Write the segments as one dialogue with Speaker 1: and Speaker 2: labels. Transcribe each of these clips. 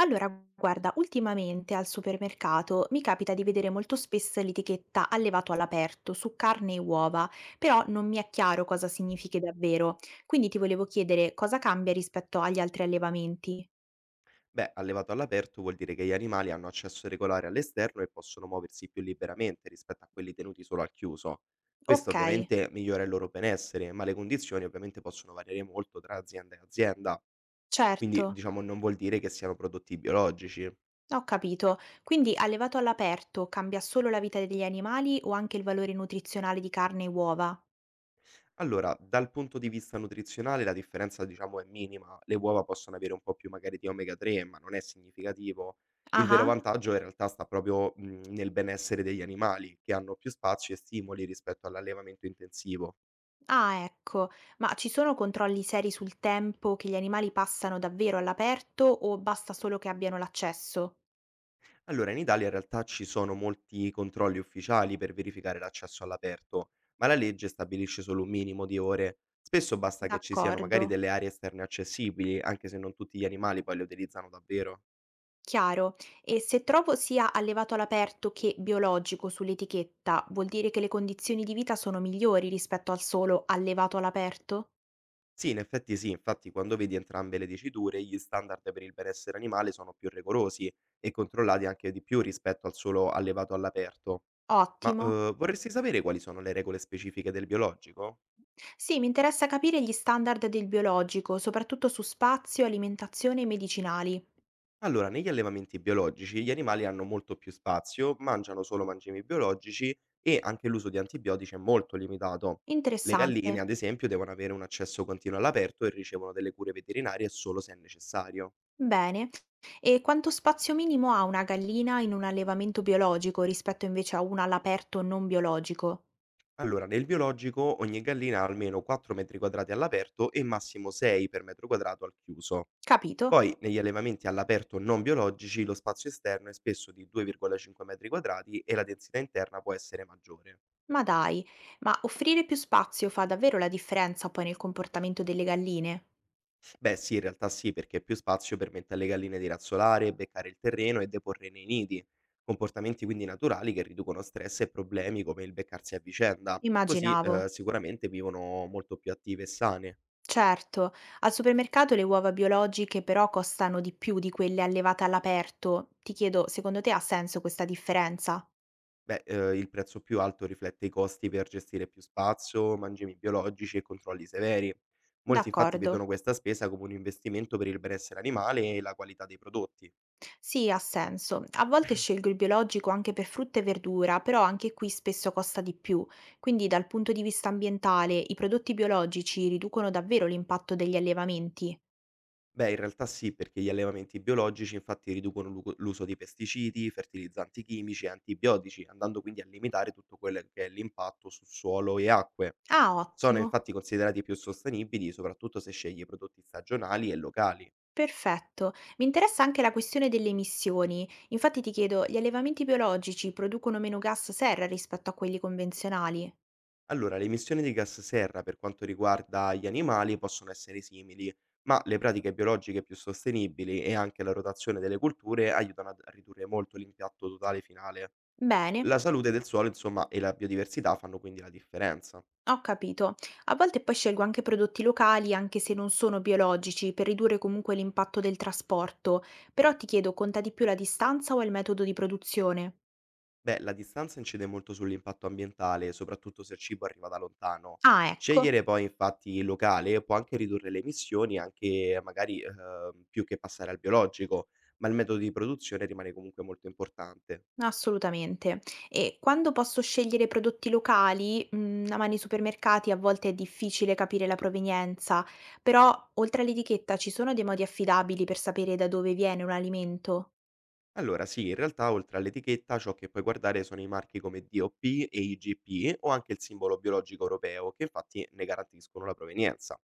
Speaker 1: Allora, guarda, ultimamente al supermercato mi capita di vedere molto spesso l'etichetta allevato all'aperto su carne e uova, però non mi è chiaro cosa significhi davvero. Quindi ti volevo chiedere cosa cambia rispetto agli altri allevamenti.
Speaker 2: Beh, allevato all'aperto vuol dire che gli animali hanno accesso regolare all'esterno e possono muoversi più liberamente rispetto a quelli tenuti solo al chiuso. Questo
Speaker 1: Ok,
Speaker 2: ovviamente migliora il loro benessere, ma le condizioni ovviamente possono variare molto tra azienda e azienda,
Speaker 1: certo,
Speaker 2: quindi diciamo non vuol dire che siano prodotti biologici.
Speaker 1: ho capito. Quindi allevato all'aperto cambia solo la vita degli animali o anche il valore nutrizionale di carne e uova?
Speaker 2: Allora, dal punto di vista nutrizionale la differenza diciamo è minima, le uova possono avere un po' più magari di omega 3, ma non è significativo. Il vero
Speaker 1: Ah.
Speaker 2: vantaggio in realtà sta proprio nel benessere degli animali, che hanno più spazi e stimoli rispetto all'allevamento intensivo.
Speaker 1: Ah, ecco, ma ci sono controlli seri sul tempo che gli animali passano davvero all'aperto o basta solo che abbiano l'accesso?
Speaker 2: Allora, in Italia in realtà ci sono molti controlli ufficiali per verificare l'accesso all'aperto, ma la legge stabilisce solo un minimo di ore. Spesso basta che ci siano
Speaker 1: D'accordo,
Speaker 2: magari delle aree esterne accessibili, anche se non tutti gli animali poi le utilizzano davvero.
Speaker 1: chiaro. E se trovo sia allevato all'aperto che biologico sull'etichetta, vuol dire che le condizioni di vita sono migliori rispetto al solo allevato all'aperto?
Speaker 2: Sì, in effetti sì, infatti quando vedi entrambe le diciture, gli standard per il benessere animale sono più rigorosi e controllati anche di più rispetto al solo allevato all'aperto. Ma
Speaker 1: Ottimo.
Speaker 2: eh, vorresti sapere quali sono le regole specifiche del biologico?
Speaker 1: Sì, mi interessa capire gli standard del biologico, soprattutto su spazio, alimentazione e medicinali.
Speaker 2: Allora, negli allevamenti biologici gli animali hanno molto più spazio, mangiano solo mangimi biologici e anche l'uso di antibiotici è molto limitato. Le
Speaker 1: Interessante.
Speaker 2: galline, ad esempio, devono avere un accesso continuo all'aperto e ricevono delle cure veterinarie solo se è necessario.
Speaker 1: Bene. E quanto spazio minimo ha una gallina in un allevamento biologico rispetto invece a una all'aperto non biologico?
Speaker 2: Allora, nel biologico ogni gallina ha almeno 4 metri quadrati all'aperto e massimo 6 per metro quadrato al chiuso.
Speaker 1: Capito?
Speaker 2: Poi, negli allevamenti all'aperto non biologici, lo spazio esterno è spesso di 2,5 metri quadrati e la densità interna può essere maggiore.
Speaker 1: Ma dai, ma offrire più spazio fa davvero la differenza poi nel comportamento delle galline?
Speaker 2: Beh, sì, in realtà sì, perché più spazio permette alle galline di razzolare, beccare il terreno e deporre nei nidi. Comportamenti quindi naturali che riducono stress e problemi come il beccarsi a vicenda. Così,
Speaker 1: Immaginavo.
Speaker 2: eh, sicuramente vivono molto più attive e sane.
Speaker 1: Certo, al supermercato le uova biologiche però costano di più di quelle allevate all'aperto. Ti chiedo, secondo te ha senso questa differenza?
Speaker 2: Beh, il prezzo più alto riflette i costi per gestire più spazio, mangimi biologici e controlli severi. Molti infatti
Speaker 1: D'accordo.
Speaker 2: vedono questa spesa come un investimento per il benessere animale e la qualità dei prodotti.
Speaker 1: Sì, ha senso. A volte scelgo il biologico anche per frutta e verdura, però anche qui spesso costa di più. Quindi dal punto di vista ambientale, i prodotti biologici riducono davvero l'impatto degli allevamenti.
Speaker 2: Beh, in realtà sì, perché gli allevamenti biologici infatti riducono l'uso di pesticidi, fertilizzanti chimici e antibiotici, andando quindi a limitare tutto quello che è l'impatto su suolo e acque.
Speaker 1: Ah,
Speaker 2: Sono
Speaker 1: ottimo.
Speaker 2: infatti considerati più sostenibili, soprattutto se scegli prodotti stagionali e locali.
Speaker 1: Perfetto. Mi interessa anche la questione delle emissioni. Infatti ti chiedo, gli allevamenti biologici producono meno gas serra rispetto a quelli convenzionali?
Speaker 2: Allora, le emissioni di gas serra per quanto riguarda gli animali possono essere simili, ma le pratiche biologiche più sostenibili e anche la rotazione delle culture aiutano a ridurre molto l'impatto totale finale.
Speaker 1: Bene.
Speaker 2: La salute del suolo, insomma, e la biodiversità fanno quindi la differenza.
Speaker 1: Ho capito. A volte poi scelgo anche prodotti locali, anche se non sono biologici, per ridurre comunque l'impatto del trasporto. Però ti chiedo, conta di più la distanza o il metodo di produzione?
Speaker 2: Beh, la distanza incide molto sull'impatto ambientale, soprattutto se il cibo arriva da lontano.
Speaker 1: Ah, ecco,
Speaker 2: Scegliere poi infatti il locale può anche ridurre le emissioni, anche magari più che passare al biologico, ma il metodo di produzione rimane comunque molto importante.
Speaker 1: assolutamente. E quando posso scegliere prodotti locali, a mani supermercati a volte è difficile capire la provenienza, però oltre all'etichetta ci sono dei modi affidabili per sapere da dove viene un alimento?
Speaker 2: Allora, sì, in realtà oltre all'etichetta ciò che puoi guardare sono i marchi come DOP e IGP o anche il simbolo biologico europeo, che infatti ne garantiscono la provenienza.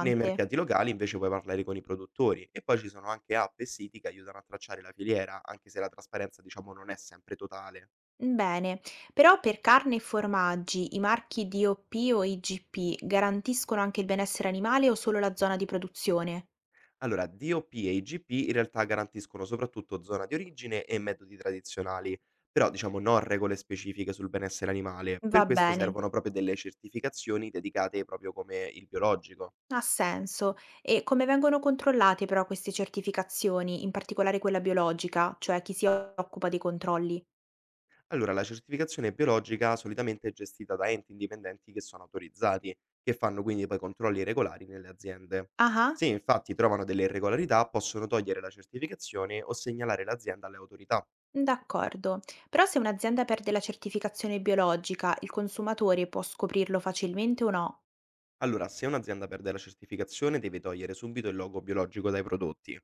Speaker 2: Nei mercati locali invece puoi parlare con i produttori e poi ci sono anche app e siti che aiutano a tracciare la filiera, anche se la trasparenza diciamo non è sempre totale.
Speaker 1: Bene, però per carne e formaggi i marchi DOP o IGP garantiscono anche il benessere animale o solo la zona di produzione?
Speaker 2: Allora, DOP e IGP in realtà garantiscono soprattutto zona di origine e metodi tradizionali, però diciamo non regole specifiche sul benessere animale,
Speaker 1: Va
Speaker 2: per questo
Speaker 1: bene,
Speaker 2: servono proprio delle certificazioni dedicate proprio come il biologico.
Speaker 1: ha senso. E come vengono controllate però queste certificazioni, in particolare quella biologica, cioè chi si occupa dei controlli?
Speaker 2: Allora, la certificazione biologica solitamente è gestita da enti indipendenti che sono autorizzati, che fanno quindi poi controlli regolari nelle aziende.
Speaker 1: Ah,
Speaker 2: Se infatti trovano delle irregolarità, possono togliere la certificazione o segnalare l'azienda alle autorità.
Speaker 1: d'accordo. Però se un'azienda perde la certificazione biologica, il consumatore può scoprirlo facilmente o no?
Speaker 2: Allora, se un'azienda perde la certificazione, deve togliere subito il logo biologico dai prodotti.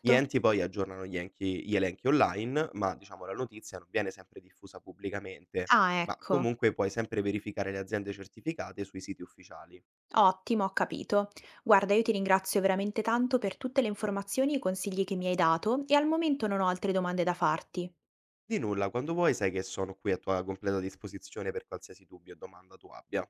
Speaker 2: Gli enti poi aggiornano gli, gli elenchi online, ma diciamo la notizia non viene sempre diffusa pubblicamente,
Speaker 1: Ah,
Speaker 2: ma
Speaker 1: ecco.
Speaker 2: comunque puoi sempre verificare le aziende certificate sui siti ufficiali.
Speaker 1: Ottimo, ho capito. Guarda, io ti ringrazio veramente tanto per tutte le informazioni e i consigli che mi hai dato e al momento non ho altre domande da farti.
Speaker 2: Di nulla, quando vuoi sai che sono qui a tua completa disposizione per qualsiasi dubbio o domanda tu abbia.